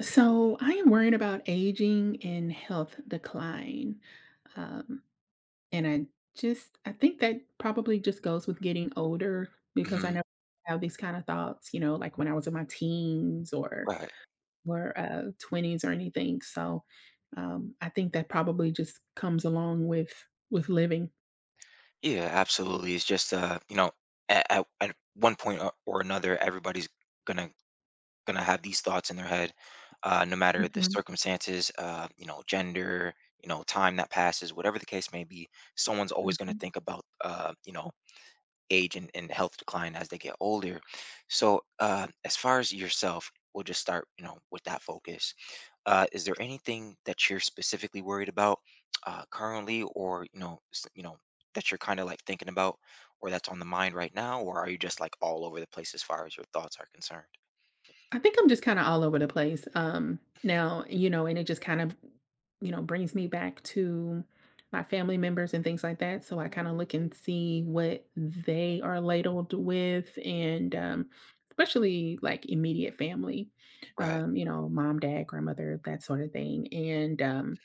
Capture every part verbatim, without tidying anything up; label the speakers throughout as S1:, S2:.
S1: So I am worried about aging and health decline. Um, and I just, I think that probably just goes with getting older because I
S2: Hmm.
S1: never have these kind of thoughts, you know, like when I was in my teens or
S2: Right.
S1: or uh, twenties or anything. So um, I think that probably just comes along with with living.
S2: Yeah, absolutely. It's just uh, you know, at, at, at one point or or another, everybody's gonna gonna have these thoughts in their head, uh, no matter the
S1: Mhm.
S2: circumstances, uh, you know, gender, you know, time that passes, whatever the case may be. Someone's always gonna think about uh, you know, age and, and health decline as they get older. So, uh, as far as yourself, we'll just start, you know, with that focus. Uh, is there anything that you're specifically worried about uh, currently, or you know, s- you know that you're kind of like thinking about, or that's on the mind right now, or are you just like all over the place as far as your thoughts are concerned?
S1: I think I'm just kinda all over the place, um,
S2: Mhm.
S1: now, you know, and it just kind of, you know, brings me back to my family members and things like that, so I kinda look and see what they are ladled with, and, um, especially, like, immediate family,
S2: Right,
S1: um, you know, mom, dad, grandmother, that sort of thing, and, um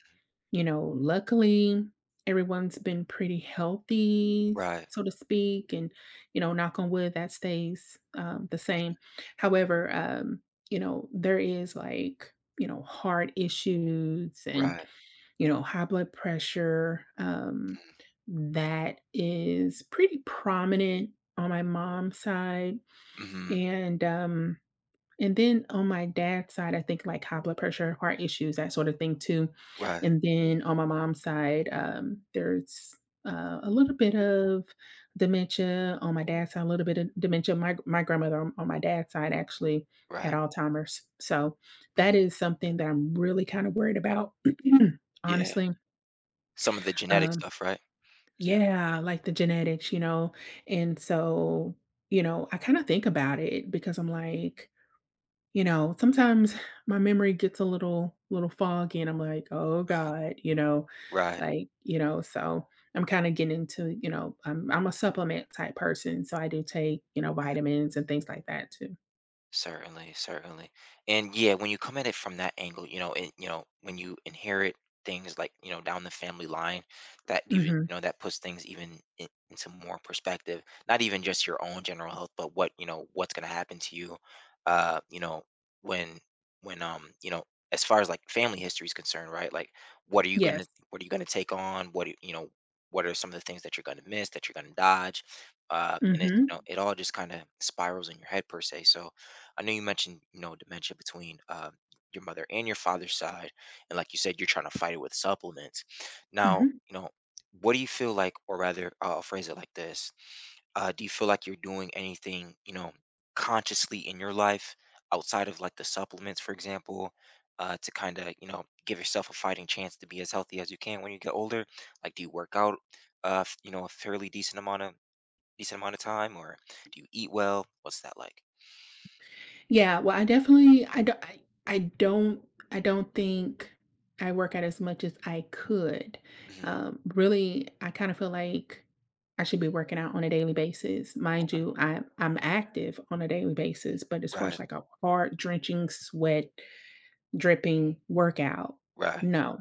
S1: you know, luckily, everyone's been pretty healthy,
S2: right,
S1: so to speak, and, you know, knock on wood, that stays, um, the same. However, um, you know, there is, like, you know, heart issues
S2: right.
S1: and, you know, high blood pressure, um, that is pretty prominent on my mom's side,
S2: Mm-hmm.
S1: and, um and then on my dad's side, I think like high blood pressure, heart issues, that sort of thing too.
S2: Right,
S1: And then on my mom's side, um, there's uh, a little bit of dementia. On my dad's side, a little bit of dementia. My my grandmother on, on my dad's side actually had
S2: right.
S1: Alzheimer's, so that
S2: Mm,
S1: is something that I'm really kind of worried about,
S2: yeah.
S1: honestly.
S2: Some of the genetic
S1: Um,
S2: stuff, right? Yeah.
S1: yeah, like the genetics, you know, and so you know, I kind of think about it because I'm like you know, sometimes my memory gets a little little foggy and I'm like, "Oh god," you know,
S2: Right.
S1: like, you know, so I'm kinda getting into, you know, I'm I'm a supplement type person, so I do take, you know, vitamins and things like that too.
S2: Certainly, certainly. And yeah, when you come at it from that angle, you know, and you know, when you inherit things like, you know, down the family line, that even,
S1: Mhm.
S2: you know, that puts things even in, into more perspective, not even just your own general health, but what, you know, what's going to happen to you, uh, you know, when, when, um, you know, as far as like family history is concerned, right? Like, what are you going to,
S1: Yes.
S2: what are you going to take on? What, do you know, what are some of the things that you're going to miss, that you're going to dodge? Uh, and it's, you know,
S1: Mhm.
S2: it all just kind of spirals in your head per se. So, I know you mentioned, you know, dementia between uh, your mother and your father's side, and like you said, you're trying to fight it with supplements. Now,
S1: Mhm.
S2: you know, what do you feel like, or rather, uh, I'll phrase it like this: uh, Do you feel like you're doing anything, you know, consciously in your life outside of like the supplements, for example, uh, to kind of, you know, give yourself a fighting chance to be as healthy as you can when you get older? Like, do you work out, uh, f- you know, a fairly decent amount of decent amount of time, or do you eat well? What's that like?
S1: Yeah, well, I definitely I don't I I don't I don't think I work out as much as I could.
S2: Hmm.
S1: Um, really, I kind of feel like I should be working out on a daily basis. Mind you, I I'm active on a daily basis, but as far
S2: Right.
S1: as like a hard drenching sweat dripping workout,
S2: Right.
S1: no,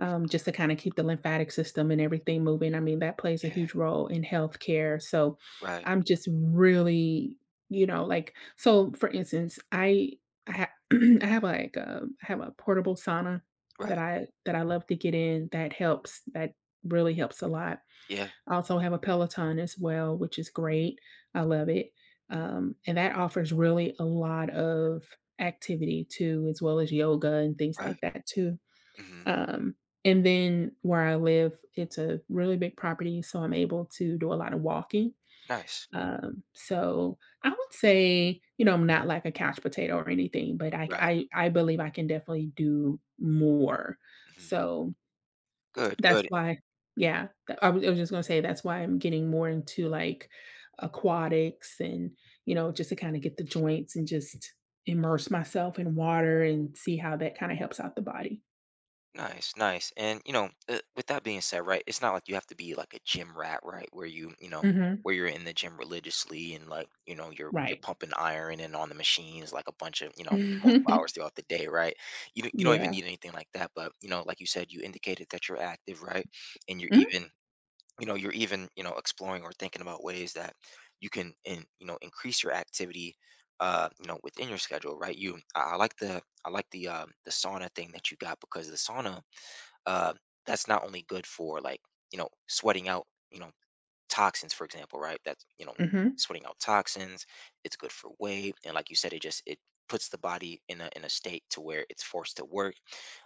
S1: um, just to kind of keep the lymphatic system and everything moving. I mean, that plays a
S2: Yeah,
S1: huge role in healthcare. So
S2: right,
S1: I'm just really, you know, like so. For instance, I I, ha- I have like a, I have a portable sauna
S2: right,
S1: that I that I love to get in. That helps. That really helps a lot.
S2: yeah,
S1: I also have a Peloton as well, which is great. I love it, um, and that offers really a lot of activity too, as well as yoga and things
S2: right,
S1: like that too.
S2: mhm,
S1: Um, and then where I live, it's a really big property, so I'm able to do a lot of walking.
S2: nice,
S1: Um, so I would say, you know, I'm not like a couch potato or anything, but I
S2: right,
S1: I I believe I can definitely do more.
S2: mhm,
S1: So
S2: good,
S1: that's
S2: good,
S1: why, yeah, th- I was, I was just gonna say that's why I'm getting more into like aquatics and you know, just to kind of get the joints and just immerse myself in water and see how that kind of helps out the body.
S2: nice, nice, and, you know, uh, with that being said, right, it's not like you have to be like a gym rat, right, where you, you know,
S1: Hmm.
S2: where you're in the gym religiously and like, you know, you're you're
S1: Right.
S2: pumping iron and on the machines like a bunch of, you know, multiple hours
S1: Mhm.
S2: throughout the day, right? You don't you don't even
S1: Yeah.
S2: need anything like that, but, you know, like you said, you indicated that you're active, right? And you're
S1: Mm,
S2: even you know you're even you know exploring or thinking about ways that you can in you know increase your activity uh you know within your schedule right you I I like the i like the um the sauna thing that you got because the sauna uh that's not only good for like you know sweating out you know toxins for example right that's you know
S1: mhm,
S2: sweating out toxins it's good for weight and like you said it just it puts the body in a in a state to where it's forced to work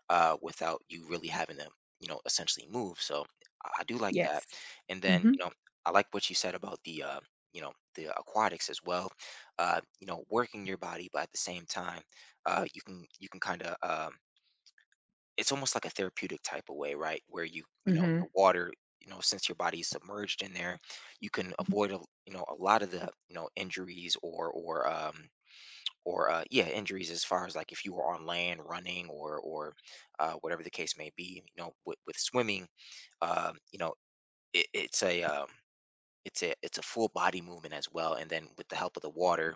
S2: uh without you really having to you know essentially move so i I do like that
S1: yes.
S2: and then
S1: Mhm,
S2: you know I like what you said about the uh you know the aquatics as well, uh you know working your body but at the same time uh you can you can kind of um it's almost like a therapeutic type of way, right? Where you, you know,
S1: mhm,
S2: the water, you know, since your body is submerged in there, you can avoid, a, you know, a lot of the, you know, injuries or, or, um, or uh, yeah, injuries as far as like if you were on land running or or uh, whatever the case may be, you know, with, with swimming, um, you know, it, it's a um, it's a it's a full body movement as well, and then with the help of the water,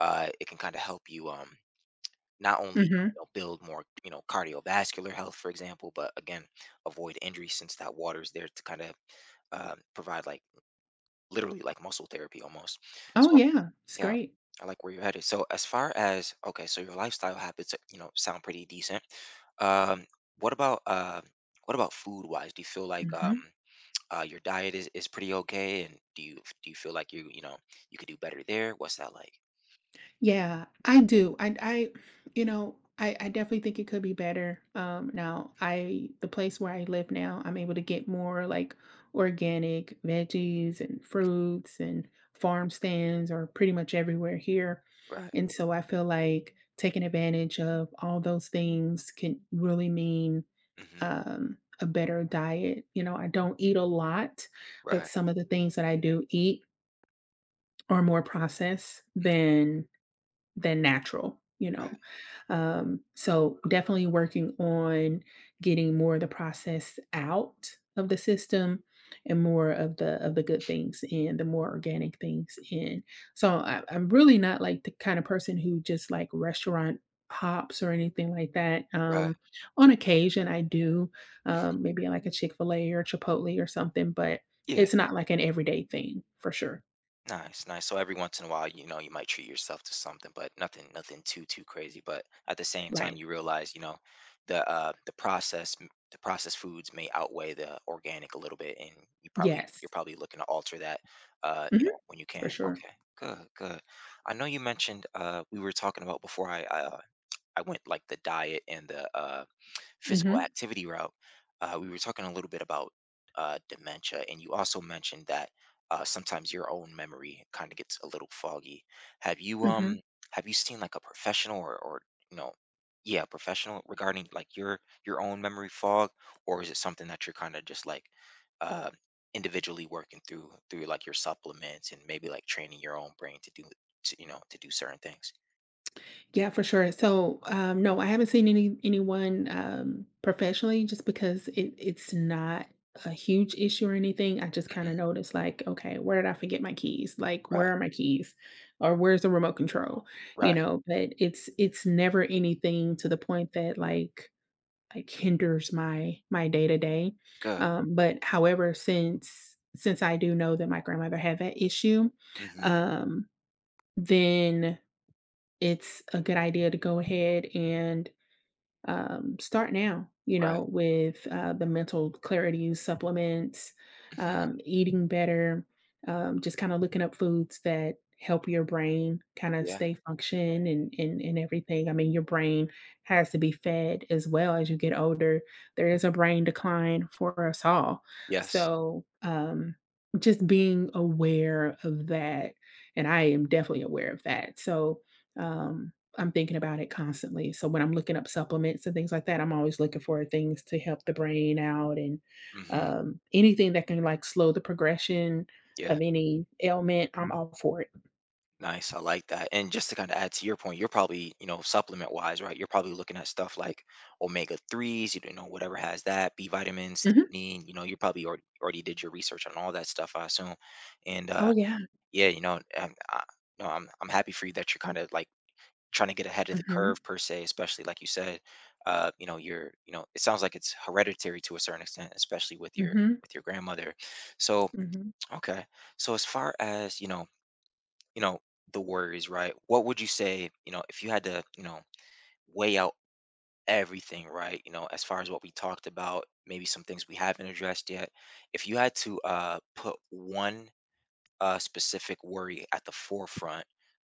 S2: uh, it can kind of help you um, not only
S1: mhm.
S2: you know build more you know cardiovascular health for example but again avoid injury since that water is there to kind of um, provide like literally like muscle therapy almost
S1: Oh,
S2: so
S1: yeah, it's
S2: yeah
S1: great.
S2: I like where you're headed so as far as okay so your lifestyle habits uh, you know sound pretty decent um what about uh what about food wise do you feel like um
S1: Mhm.
S2: uh, your diet is, is pretty okay and do you do you feel like you you know you could do better there what's that like
S1: Yeah, I do. I I You know, I I definitely think it could be better. Um, now, I the place where I live now, I'm able to get more, like, organic veggies and fruits, and farm stands are pretty much everywhere here,
S2: right
S1: and so I feel like taking advantage of all those things can really mean,
S2: hmm
S1: um, a better diet. You know, I don't eat a lot, but
S2: right
S1: some of the things that I do eat are more processed than than natural, you
S2: right
S1: know. Um, so definitely working on getting more of the process out of the system and more of the of the good things and the more organic things in. So, I, I'm really not like the kind of person who just like restaurant hops or anything like that.
S2: right
S1: Um, on occasion I do, um, maybe like a Chick-fil-A or Chipotle or something, but
S2: yeah
S1: it's not like an everyday thing for sure.
S2: Nice, nice. So every once in a while, you know, you might treat yourself to something, but nothing, nothing too, too crazy. But at the same time,
S1: Right.
S2: you realize, you know, the uh, the process, the processed foods may outweigh the organic a little bit, and you probably, you're
S1: Yes.
S2: probably looking to alter that, uh, you
S1: Hmm.
S2: know, when you
S1: For
S2: can.
S1: sure.
S2: Okay, good, good. I know you mentioned uh, we were talking about before I, I, uh, I went like the diet and the uh, physical
S1: Hmm.
S2: activity route, uh, we were talking a little bit about uh, dementia, and you also mentioned that uh, sometimes your own memory kind of gets a little foggy. Have you um
S1: Mhm.
S2: have you seen like a professional or or you know yeah a professional regarding like your your own memory fog, or is it something that you're kind of just like uh, individually working through through like your supplements and maybe like training your own brain to do to, you know to do certain things?
S1: Yeah, for sure. So, um, no, I haven't seen any anyone um, professionally just because it it's not a huge issue or anything. I just kind of
S2: Hmm.
S1: noticed like, okay, where did I forget my keys? Like,
S2: Right,
S1: where are my keys? Or where's the remote control? You
S2: right,
S1: know, but it's it's never anything to the point that like like hinders my my day to day.
S2: good.
S1: Um, but however, since since I do know that my grandmother had that issue,
S2: Hmm.
S1: um, then it's a good idea to go ahead and, um, start now, you
S2: Right.
S1: know, with uh, the mental clarity supplements,
S2: Hmm.
S1: um, eating better, um, just kind of looking up foods that help your brain kind of
S2: Yeah.
S1: stay function, and, and and everything. I mean, your brain has to be fed as well as you get older. There is a brain decline for us all.
S2: Yes.
S1: So um just being aware of that. And I am definitely aware of that. So um I'm thinking about it constantly. So when I'm looking up supplements and things like that, I'm always looking for things to help the brain out, and
S2: Mhm.
S1: um, anything that can like slow the progression
S2: Yeah.
S1: of any ailment. I'm all for it.
S2: Nice. I like that. And just to kind of add to your point, you're probably, you know, supplement wise, right? You're probably looking at stuff like omega threes, you know, whatever has that, B vitamins,
S1: Hmm.
S2: theanine. You know, you probably already already did your research on all that stuff, I assume. And uh,
S1: Oh yeah.
S2: yeah, you know, and I, no, I'm I'm happy for you that you're kind of like trying to get ahead of the
S1: Hmm.
S2: curve per se, especially like you said, uh, you know, you're, you know, it sounds like it's hereditary to a certain extent, especially with your
S1: Hmm.
S2: with your grandmother. So
S1: Hmm.
S2: okay, so as far as you know you know the worries right what would you say you know if you had to you know weigh out everything right you know as far as what we talked about maybe some things we haven't addressed yet if you had to uh put one uh specific worry at the forefront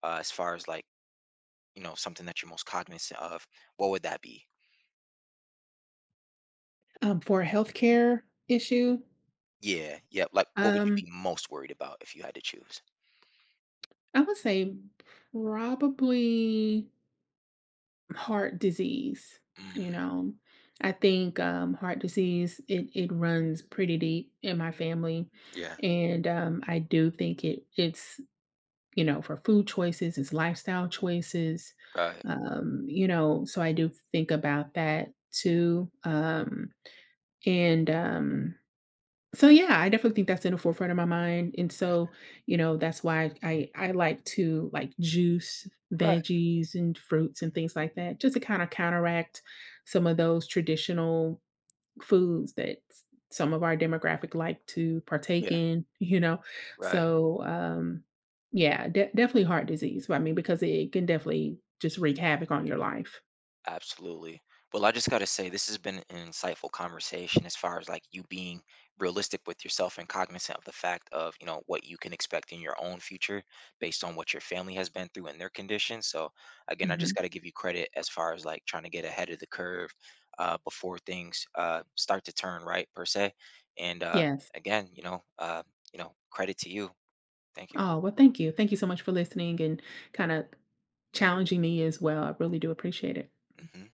S2: uh as far as like you know something that you're most cognizant of what would that be
S1: Um, for a healthcare issue,
S2: yeah yeah like what would you
S1: um,
S2: be most worried about if you had to choose
S1: I would say probably heart disease. You
S2: mm,
S1: know, I think um, heart disease, it, it runs pretty deep in my family,
S2: yeah
S1: and um, i do think it it's you know for food choices, it's lifestyle choices,
S2: right
S1: um, you know, so I do think about that too, um, and um, so yeah, I definitely think that's in the forefront of my mind, and so, you know, that's why I I like to, like, juice
S2: right
S1: veggies and fruits and things like that just to kinda counteract some of those traditional foods that some of our demographic like to partake
S2: yeah
S1: in, you know?
S2: right
S1: So, um, yeah, de- definitely heart disease. I mean, because it can definitely just wreak havoc on your life.
S2: Absolutely. Well, I just got to say, this has been an insightful conversation as far as like you being realistic with yourself and cognizant of the fact of, you know, what you can expect in your own future based on what your family has been through and their conditions. So, again, I
S1: Hmm.
S2: just got to give you credit as far as like trying to get ahead of the curve uh, before things uh, start to turn right, per se. And uh,
S1: Yes.
S2: again, you know, uh, you know, credit to you. Thank you.
S1: Oh, well, thank you. Thank you so much for listening and kind of challenging me as well. I really do appreciate it.
S2: Hmm.